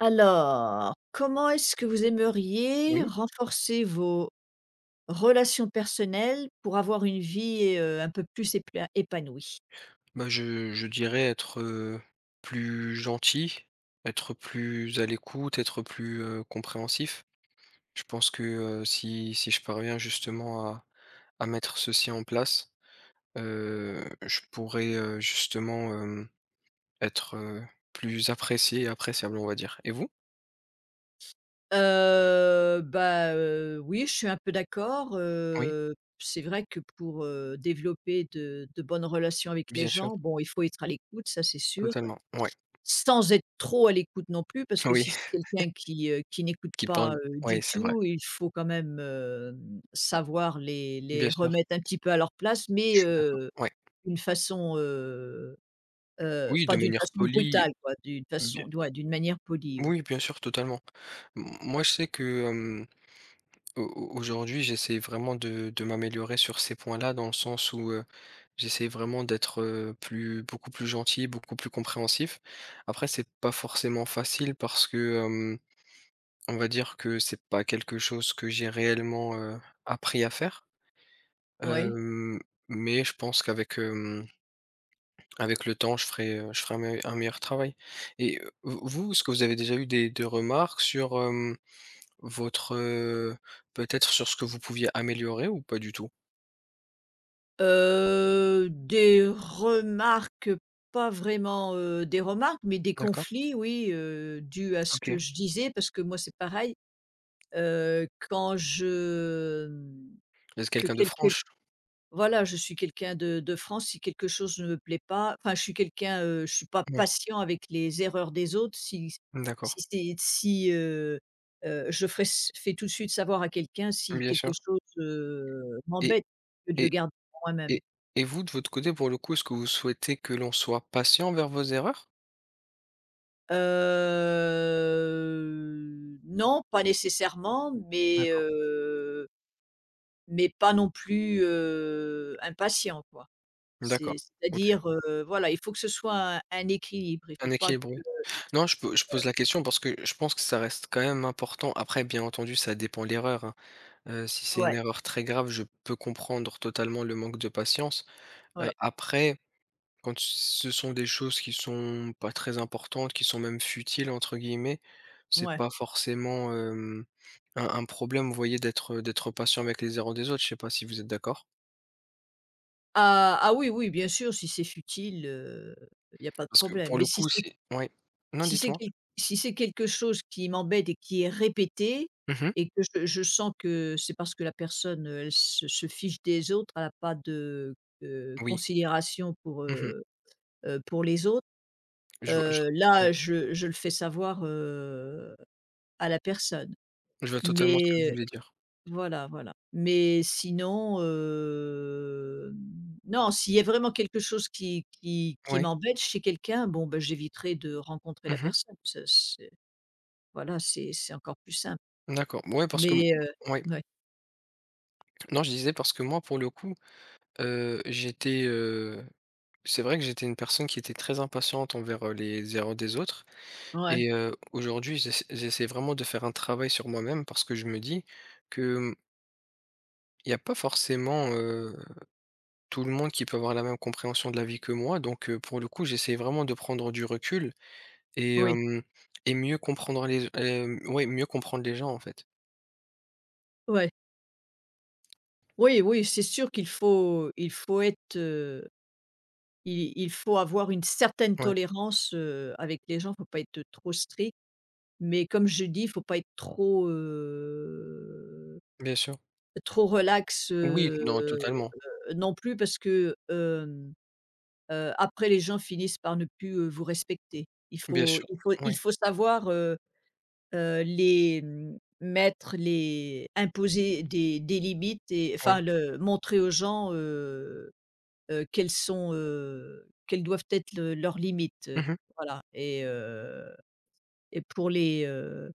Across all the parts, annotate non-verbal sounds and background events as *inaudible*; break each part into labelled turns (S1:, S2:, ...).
S1: Alors, comment est-ce que vous aimeriez
S2: Oui,
S1: renforcer vos relations personnelles pour avoir une vie, un peu plus épla épanouie?
S2: bah, je dirais être, plus gentil, être plus à l'écoute, être plus, compréhensif. Je pense que, si je parviens justement à mettre ceci en place, je pourrais, justement, être, plus apprécié et appréciable, on va dire. Et vous?
S1: Bah, oui, je suis un peu d'accord,
S2: Oui,
S1: c'est vrai que pour, développer de bonnes relations avec les
S2: bien sûr,
S1: gens, bon, il faut être à l'écoute, ça c'est sûr.
S2: totalement, ouais.
S1: Sans être trop à l'écoute non plus, parce
S2: *laughs*
S1: que
S2: Oui,
S1: si c'est quelqu'un qui n'écoute
S2: qui
S1: pas,
S2: parle, ouais,
S1: du
S2: c'est vrai.
S1: tout, il faut quand même, savoir les
S2: Bien
S1: les
S2: sûr,
S1: remettre un petit peu à leur place, mais,
S2: je suis d'accord, ouais.
S1: d'une façon,
S2: Oui, de
S1: pas d'une
S2: manière
S1: façon
S2: polie.
S1: brutale quoi, d'une façon ouais, d'une manière polie, ouais.
S2: Oui, bien sûr, totalement. Moi, je sais que aujourd'hui, j'essaie vraiment de m'améliorer sur ces points-là, dans le sens où j'essaie vraiment d'être plus, beaucoup plus gentil, beaucoup plus compréhensif. Après, c'est pas forcément facile parce que on va dire que c'est pas quelque chose que j'ai réellement appris à faire.
S1: Ouais.
S2: Euh, mais je pense qu'avec avec le temps, je ferai un meilleur travail. Et vous, est-ce que vous avez déjà eu des remarques sur votre, peut-être sur ce que vous pouviez améliorer ou pas du tout?
S1: Des remarques, pas vraiment, des remarques, mais des
S2: D'accord,
S1: conflits oui, dus à ce
S2: OK.
S1: que je disais, parce que moi c'est pareil, quand je,
S2: Vous êtes
S1: que
S2: quelqu'un de
S1: quelqu'un
S2: franche?
S1: voilà, je suis quelqu'un de franc, si quelque chose ne me plaît pas enfin, je suis quelqu'un, je suis pas
S2: Oui,
S1: patient avec les erreurs des autres. Si
S2: d'accord,
S1: si c'est si, je ferais s fais tout de suite savoir à quelqu'un si
S2: bien sûr,
S1: quelque chose,
S2: et
S1: m'embête, que de le
S2: et
S1: garder pour moi-même.
S2: et et vous, de votre côté, pour le coup, est-ce que vous souhaitez que l'on soit patient envers vos erreurs?
S1: Non, pas nécessairement, mais
S2: D'accord,
S1: pas non plus, impatient, quoi.
S2: d'accord, OK.
S1: C'est-à-dire, voilà, il faut que ce soit un équilibre, il
S2: Un
S1: faut pas.
S2: équilibre, oui. Non, je pose la question parce que je pense que ça reste quand même important. Après, bien entendu, ça dépend de l'erreur, hein. Si c'est une
S1: Ouais,
S2: erreur très grave, je peux comprendre totalement le manque de patience.
S1: ouais,
S2: Après, quand ce sont des choses qui sont pas très importantes, qui sont même «futiles» entre guillemets, c'est
S1: ouais.
S2: pas forcément, un problème, vous voyez, d'être patient avec les erreurs des autres, je sais pas si vous êtes d'accord?
S1: Ah, oui, oui, bien sûr, si c'est futile, il y a pas de
S2: Parce que
S1: problème.
S2: pour
S1: Mais
S2: le
S1: si
S2: coup,
S1: c'est
S2: c'est ouais. Non, dites-moi.
S1: quel si c'est quelque chose qui m'embête et qui est répété
S2: Mmh.
S1: et que je sens que c'est parce que la personne, elle se fiche des autres, elle a pas de,
S2: Oui.
S1: considération pour,
S2: Mmh.
S1: heu heu, pour les autres,
S2: Je vois je oui,
S1: là, je le fais savoir, à la personne.
S2: je vois totalement ce que vous
S1: Mais
S2: voulez dire.
S1: voilà, voilà. Mais sinon, non, s'il y a vraiment quelque chose qui
S2: Oui.
S1: m'embête chez quelqu'un, bon, ben j'éviterai de rencontrer la
S2: Mmh.
S1: personne. Ça c'est voilà, c'est encore plus simple.
S2: D'accord. Ouais, parce que m
S1: Mais
S2: ouais.
S1: ouais,
S2: Non, je disais parce que moi, pour le coup, j'étais, c'est vrai que j'étais une personne qui était très impatiente envers, les erreurs des autres.
S1: ouais,
S2: Et aujourd'hui, j'essaie vraiment de faire un travail sur moi-même parce que je me dis que, il n'y a pas forcément, tout le monde qui peut avoir la même compréhension de la vie que moi donc pour le coup, j'essaie vraiment de prendre du recul et
S1: oui,
S2: hem et mieux comprendre ouais, mieux comprendre les gens, en fait.
S1: ouais. Oui, oui, c'est sûr qu'il faut être, il faut avoir une certaine
S2: Ouais,
S1: tolérance, avec les gens, faut pas être trop strict. Mais comme je dis, faut pas être trop,
S2: bien sûr.
S1: trop relax,
S2: Oui, non, totalement.
S1: non plus parce que, après les gens finissent par ne plus, vous respecter. Il
S2: Bien
S1: faut
S2: sûr.
S1: il faut
S2: Oui,
S1: il faut savoir, mettre les imposer des limites et enfin
S2: oui.
S1: le montrer aux gens, quelles sont, quelles doivent être le leurs limites,
S2: Mmh mh.
S1: et heu et pour les,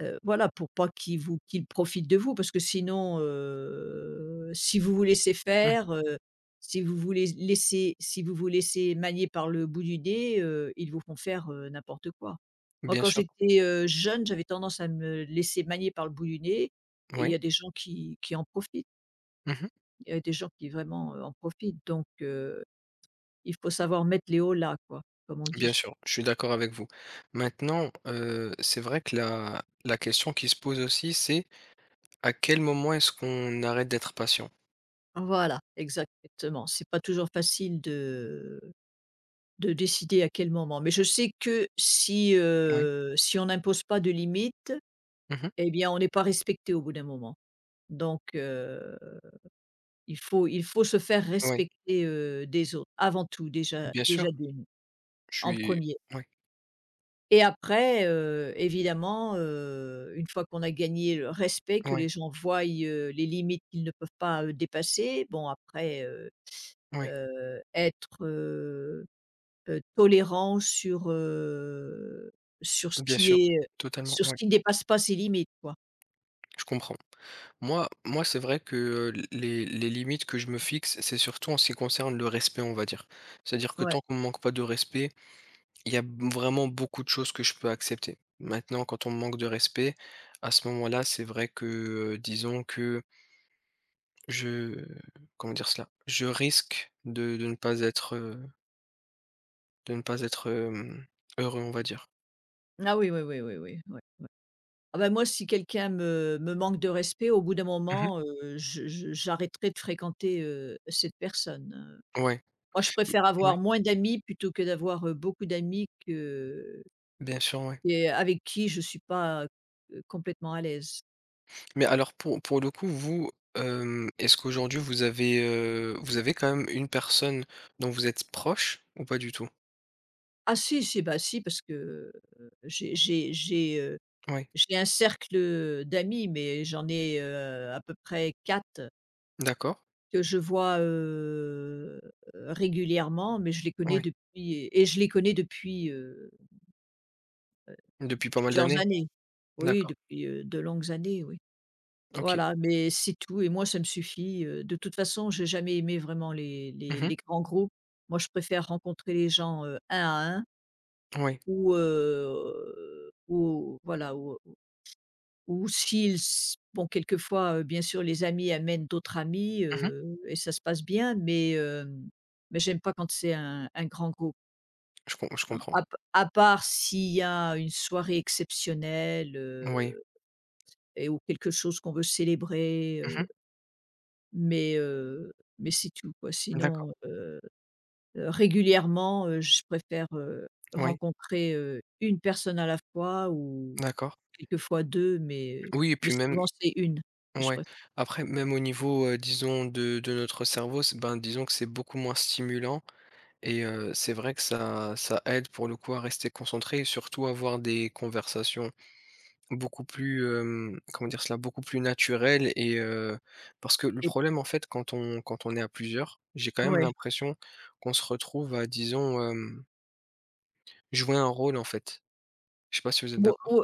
S1: Voilà, pour pas qu'ils profitent de vous parce que sinon, si vous vous laissez
S2: Mmh.
S1: faire, si vous vous lais laissez si vous vous laissez manier par le bout du nez, ils vous font faire, n'importe quoi. Moi,
S2: Bien
S1: quand
S2: sûr.
S1: j'étais, jeune, j'avais tendance à me laisser manier par le bout du nez et il y
S2: Oui.
S1: a des gens qui en profitent.
S2: Mmh.
S1: Il y a des gens qui vraiment, en profitent donc il faut savoir mettre les hauts là, quoi, comme on
S2: Bien
S1: dit.
S2: sûr, je suis d'accord avec vous. Maintenant, c'est vrai que la question qui se pose aussi, c'est à quel moment est-ce qu'on arrête d'être patient?
S1: Voilà, exactement. C'est pas toujours facile de décider à quel moment. Mais je sais que
S2: Oui.
S1: si on n'impose pas de limite,
S2: Mmh mh.
S1: eh bien, on n'est pas respecté au bout d'un moment. Donc, il faut se faire
S2: Ouais,
S1: respecter, des autres, avant tout,
S2: bien sûr,
S1: déjà d'une,
S2: je
S1: en
S2: suis
S1: premier.
S2: Oui.
S1: Et après, évidemment, une fois qu'on a gagné le respect, que les
S2: Oui.
S1: gens voient, les limites qu'ils ne peuvent pas, dépasser, bon après,
S2: Oui.
S1: être, tolérant sur, sur ce
S2: Bien
S1: qui
S2: sûr,
S1: est,
S2: totalement,
S1: sur ce
S2: ouais,
S1: qui ne dépasse pas ses limites, quoi.
S2: je comprends. Moi, c'est vrai que, les limites que je me fixe, c'est surtout en ce qui concerne le respect, on va dire. C'est-à-dire que
S1: Ouais.
S2: tant qu'on ne me manque pas de respect, il y a b vraiment beaucoup de choses que je peux accepter. Maintenant, quand on me manque de respect, à ce moment-là, c'est vrai que, disons que je comment dire cela? Je risque de ne pas être, de ne pas être, heureux, on va dire.
S1: Ah oui, oui, oui, oui, oui, ouais. Ah ben moi, si quelqu'un me manque de respect, au bout d'un
S2: Mmh.
S1: moment, je j'arrêterai de fréquenter, cette personne,
S2: Ouais,
S1: Moi, je
S2: mmh,
S1: préfère
S2: ouais,
S1: avoir moins d'amis plutôt que d'avoir, beaucoup d'amis que
S2: bien sûr, ouais.
S1: et avec qui je ne suis pas, complètement à l'aise.
S2: Mais alors pour le coup, vous, est-ce qu'aujourd'hui vous avez quand même une personne dont vous êtes proche ou pas du tout?
S1: Ah si, si, bah si, parce que, heu, j'ai j'ai j'ai, heu
S2: Ouais,
S1: J'ai un cercle, d'amis, mais j'en ai, à peu près 4
S2: d'accord,
S1: que je vois, régulièrement, mais
S2: ouais.
S1: je les connais depuis,
S2: Depuis pas mal
S1: plusieurs
S2: d'années?
S1: années. Oui,
S2: D'accord,
S1: depuis, de longues années, oui.
S2: OK.
S1: Voilà, mais c'est tout et moi ça me suffit, de toute façon, j'ai jamais aimé vraiment les les
S2: Mmh.
S1: les grands groupes. Moi, je préfère rencontrer les gens, un à un
S2: Oui.
S1: ou voilà. Ou s'ils s bon quelquefois, bien sûr les amis amènent d'autres amis,
S2: Mmh.
S1: et ça se passe bien, mais j'aime pas quand c'est un grand groupe,
S2: Je
S1: non.
S2: comprends.
S1: À part s'il y a une soirée exceptionnelle,
S2: Oui.
S1: ou quelque chose qu'on veut célébrer,
S2: Mmh.
S1: mais heu, mais c'est tout quoi.
S2: D'accord.
S1: Sinon, régulièrement, je préfère,
S2: Oui,
S1: rencontrer, 1 personne à la fois ou
S2: d'accord.
S1: quelquefois 2 mais
S2: Oui et puis même
S1: souvent c'est une que je
S2: ouais.
S1: préfère
S2: Après même au niveau, disons de notre cerveau, c'est ben, disons que c'est beaucoup moins stimulant. Et c'est vrai que ça aide pour le coup à rester concentré et surtout avoir des conversations beaucoup plus, comment dire cela? Beaucoup plus naturelles et parce que le
S1: et
S2: problème en fait quand on quand on est à plusieurs, j'ai quand même
S1: ouais.
S2: l'impression qu'on se retrouve à disons, jouer un rôle en fait. Je sais pas si vous êtes
S1: Ou
S2: d'accord?
S1: ou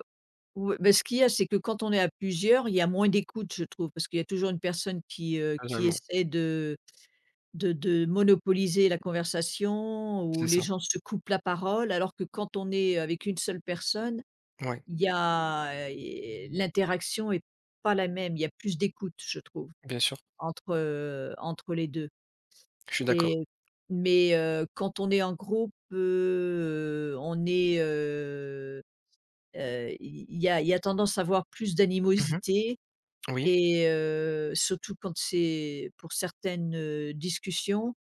S1: ou bah, ce qu'il y a, c'est que quand on est à plusieurs, il y a moins d'écoute, je trouve, parce qu'il y a toujours une personne qui
S2: Totalement,
S1: essaie de monopoliser la conversation ou
S2: c'est
S1: les
S2: ça.
S1: gens se coupent la parole, alors que quand on est avec une seule personne,
S2: Ouais,
S1: il y a, l'interaction est pas la même. Il y a plus d'écoute, je trouve,
S2: bien sûr,
S1: entre les 2.
S2: je suis d'accord.
S1: et mais, quand on est en groupe, on est, il y a tendance à avoir plus
S2: Mmh mh.
S1: d'animosité
S2: Oui,
S1: et surtout quand c'est pour certaines, discussions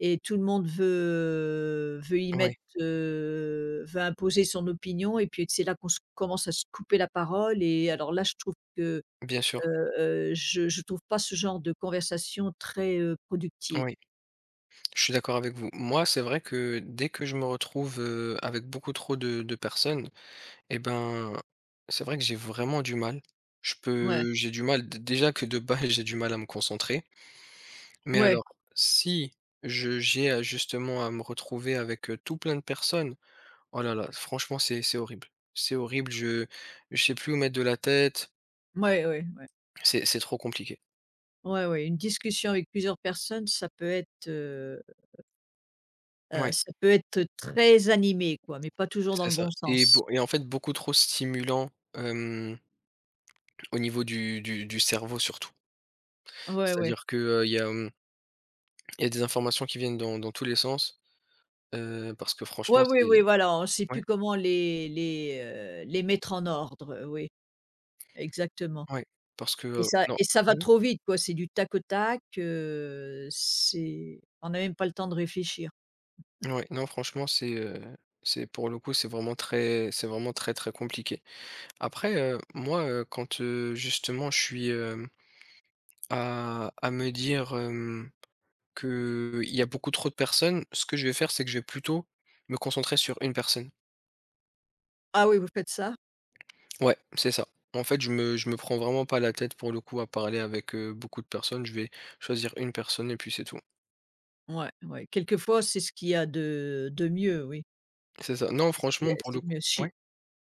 S1: et tout le monde veut veut y mettre,
S2: ouais,
S1: heu, veut imposer son opinion et puis c'est là qu'on se commence à se couper la parole et alors là je trouve que,
S2: bien sûr,
S1: je trouve pas ce genre de conversation très, productive.
S2: oui, je suis d'accord avec vous. Moi, c'est vrai que dès que je me retrouve, avec beaucoup trop de personnes. Eh ben, c'est vrai que j'ai vraiment du mal. Je
S1: Ouais,
S2: peux J'ai du mal d déjà que de base, *laughs* j'ai du mal à me concentrer, mais
S1: ouais,
S2: alors si je j'ai à justement à me retrouver avec, tout plein de personnes, oh là là, franchement c'est horrible. C'est horrible, je sais plus où mettre de la tête,
S1: ouais, ouais, ouais,
S2: c'est trop compliqué.
S1: ouais, ouais, une discussion avec plusieurs personnes
S2: Ouais,
S1: ça peut être très animé quoi, mais pas toujours dans
S2: c'est
S1: le
S2: ça
S1: bon sens.
S2: et en fait beaucoup trop stimulant, hem, au niveau du cerveau surtout.
S1: Ouais, ouais.
S2: C'est-à-dire que, il y a, il y a des informations qui viennent dans tous les sens, parce que franchement
S1: Ouais, oui,
S2: c'est
S1: oui, voilà, on ne sait plus
S2: Ouais,
S1: comment les mettre en ordre, oui, exactement
S2: ouais, parce que,
S1: et
S2: non
S1: ça va
S2: oui,
S1: trop vite quoi, c'est du tac au tac, c'est on n'a même pas le temps de réfléchir.
S2: ouais, non franchement c'est pour le coup, c'est vraiment très, très compliqué. Après, moi, quand, justement je suis, à me dire, que il y a beaucoup trop de personnes, ce que je vais faire, c'est que je vais plutôt me concentrer sur une personne.
S1: Ah oui, vous faites ça?
S2: Ouais, c'est ça. En fait, je me prends vraiment pas la tête pour le coup à parler avec, beaucoup de personnes, je vais choisir une personne et puis c'est tout.
S1: Ouais, ouais, quelquefois, c'est ce qu'il y a de mieux, oui.
S2: C'est ça. Non,
S1: C'est ce qu'il y
S2: franchement
S1: a
S2: pour le
S1: c'est le
S2: coup
S1: mieux. Si
S2: ouais,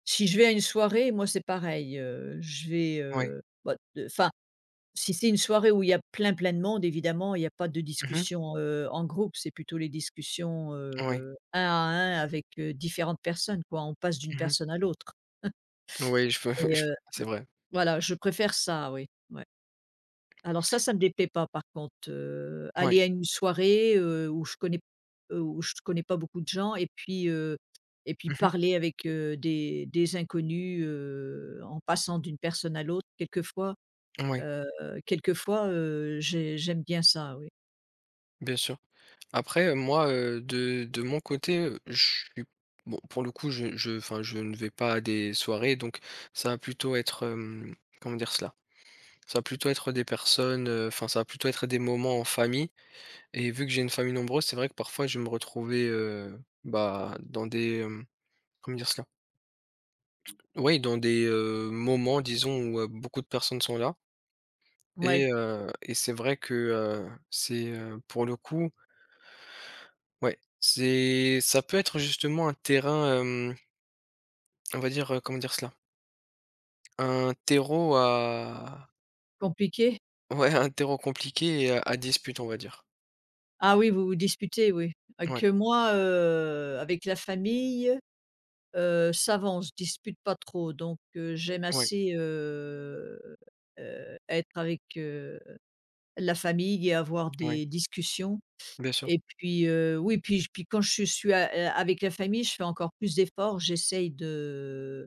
S1: si je vais à une soirée, moi, c'est pareil, je vais,
S2: ouais.
S1: bah, de enfin, si c'est une soirée où il y a plein, plein de monde, évidemment, il y a pas de
S2: Mmh.
S1: discussion, en groupe, c'est plutôt les discussions,
S2: Ouais.
S1: 1 à un avec, différentes personnes, quoi. On passe d'une
S2: Mmh.
S1: personne à l'autre
S2: Oui, je peux *laughs*
S1: et
S2: je
S1: heu,
S2: c'est vrai.
S1: voilà, je préfère ça, oui, ouais. Alors ça me déplaît pas par contre,
S2: Oui.
S1: aller à une soirée, où je connais pas beaucoup de gens et puis
S2: Mmh mh.
S1: parler avec, des inconnus, en passant d'une personne à l'autre quelquefois,
S2: Ouais,
S1: heu, j'aime bien ça, oui.
S2: bien sûr. Après, moi, de mon côté, je suis bon, pour le coup, je enfin, je ne vais pas à des soirées, donc ça va plutôt être, comment dire cela? Ça va plutôt être des personnes, enfin, ça va plutôt être des moments en famille et vu que j'ai une famille nombreuse, c'est vrai que parfois je vais me retrouvais, bah, dans des, comment dire cela? Oui, dans des, moments disons où, beaucoup de personnes sont là.
S1: Ouais.
S2: Et c'est vrai que, c'est, pour le coup ouais, c'est ça peut être justement un terrain, on va dire, comment dire cela? Un terreau à
S1: Compliqué?
S2: *laughs* ouais, un terreau compliqué et à dispute, on va dire.
S1: Ah oui, vous vous disputez, oui. Ah
S2: Ouais,
S1: que moi, avec la famille, ça va, on se dispute pas trop donc, j'aime
S2: ouais,
S1: assez, être avec, la famille et avoir
S2: ouais,
S1: des discussions
S2: bien sûr.
S1: et puis, oui, puis j puis quand je suis a avec la famille, je fais encore plus d'efforts. J'essaye de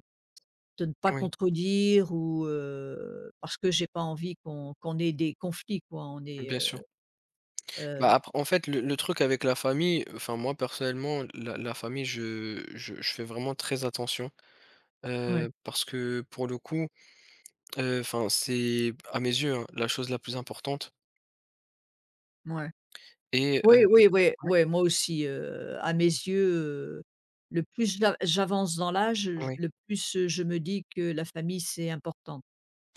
S1: de ne pas
S2: Oui,
S1: contredire ou parce que j'ai pas envie qu'on ait des conflits quoi, on est,
S2: bien sûr. Bah,
S1: heu,
S2: après en fait, le truc avec la famille, enfin, moi, personnellement, la famille, je fais vraiment très attention,
S1: ouais,
S2: parce que pour le coup, enfin, c'est à mes yeux, hein, la chose la plus importante
S1: ouais.
S2: et
S1: Oui, oui, oui, oui moi aussi, à mes yeux, heu, le plus j'avance dans l'âge, je
S2: Oui.
S1: le plus, je me dis que la famille, c'est important.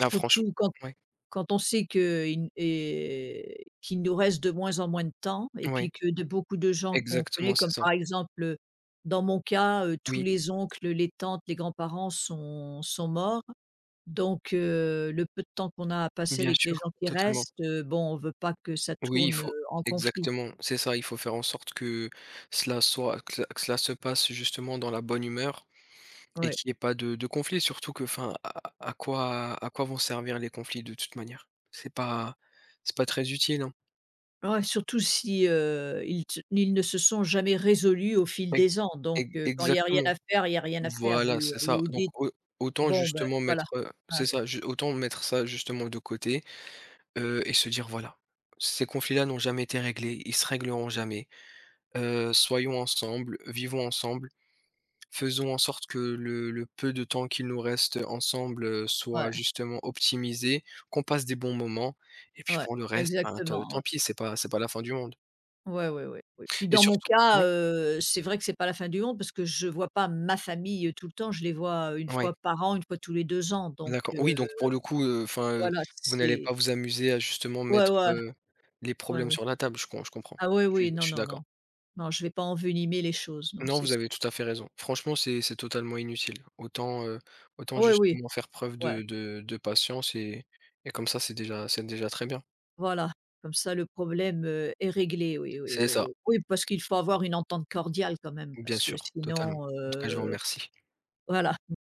S2: Ah franchement, Oui.
S1: quand on sait qu'il nous reste de moins en moins de temps et puis
S2: Oui.
S1: que de beaucoup de gens qu'on
S2: Exactement,
S1: connaît,
S2: c'est
S1: comme
S2: ça.
S1: par exemple, dans mon cas, tous
S2: Oui,
S1: les oncles, les tantes, les grands-parents sont morts. Donc le peu de temps qu'on a à passer
S2: bien
S1: avec les
S2: sûr,
S1: gens qui
S2: totalement.
S1: restent, bon, on veut pas que ça
S2: Oui, il
S1: tourne,
S2: faut
S1: en conflit.
S2: exactement, c'est ça, il faut faire en sorte que cela soit que ce que cela se passe justement dans la bonne humeur et
S1: Ouais.
S2: qu'il y ait pas de conflit, surtout que enfin à quoi vont servir les conflits de toute manière? C'est pas très utile, hein.
S1: Ouais, surtout si, ils ne se sont jamais résolus au fil
S2: E
S1: des ans. Donc
S2: e
S1: quand il y a rien
S2: Exactement.
S1: à faire, il y a rien à faire.
S2: Voilà,
S1: Vous
S2: c'est ça.
S1: vous
S2: Donc
S1: dites:
S2: au autant
S1: «Bon, ben,
S2: justement
S1: voilà».
S2: mettre,
S1: Ouais,
S2: c'est ça, ju autant mettre ça justement de côté. Et se dire: «Voilà, ces conflits-là n'ont jamais été réglés, ils se régleront jamais. Soyons ensemble, vivons ensemble, faisons en sorte que le peu de temps qu'il nous reste ensemble, soit
S1: ouais.
S2: justement optimisé, qu'on passe des bons moments et puis
S1: Ouais,
S2: pour le reste, ben, te
S1: exactement, ouais.
S2: tant pis, c'est pas la fin du monde»
S1: Ouais, ouais, ouais, oui. Puis
S2: et
S1: dans mon
S2: surtout oui?
S1: cas, c'est vrai que c'est pas la fin du monde parce que je vois pas ma famille, tout le temps. Je les vois, 1 fois
S2: Ouais,
S1: par an, une fois tous les 2 ans donc
S2: d'accord. Oui, donc pour le coup, enfin,
S1: voilà,
S2: vous n'allez
S1: c'est
S2: pas vous amuser à justement
S1: ouais,
S2: mettre,
S1: ouais,
S2: les
S1: ouais,
S2: problèmes
S1: ouais.
S2: sur la table, je comprends.
S1: Ah oui, oui,
S2: Je
S1: non,
S2: suis
S1: non,
S2: d'accord.
S1: non. Non, je vais pas envenimer les choses, non,
S2: Non,
S1: c'est
S2: vous
S1: sûr.
S2: avez tout à fait raison. Franchement, c'est totalement inutile. Autant, autant
S1: Oui, oui,
S2: justement faire preuve
S1: ouais,
S2: de patience et comme ça, c'est déjà très bien.
S1: voilà. Comme ça le problème, est réglé, oui, oui,
S2: C'est
S1: oui,
S2: ça,
S1: oui. Oui, parce qu'il faut avoir une entente cordiale quand même
S2: bien
S1: parce que
S2: sûr, totalement.
S1: sinon,
S2: En tout cas, je vous remercie.
S1: voilà.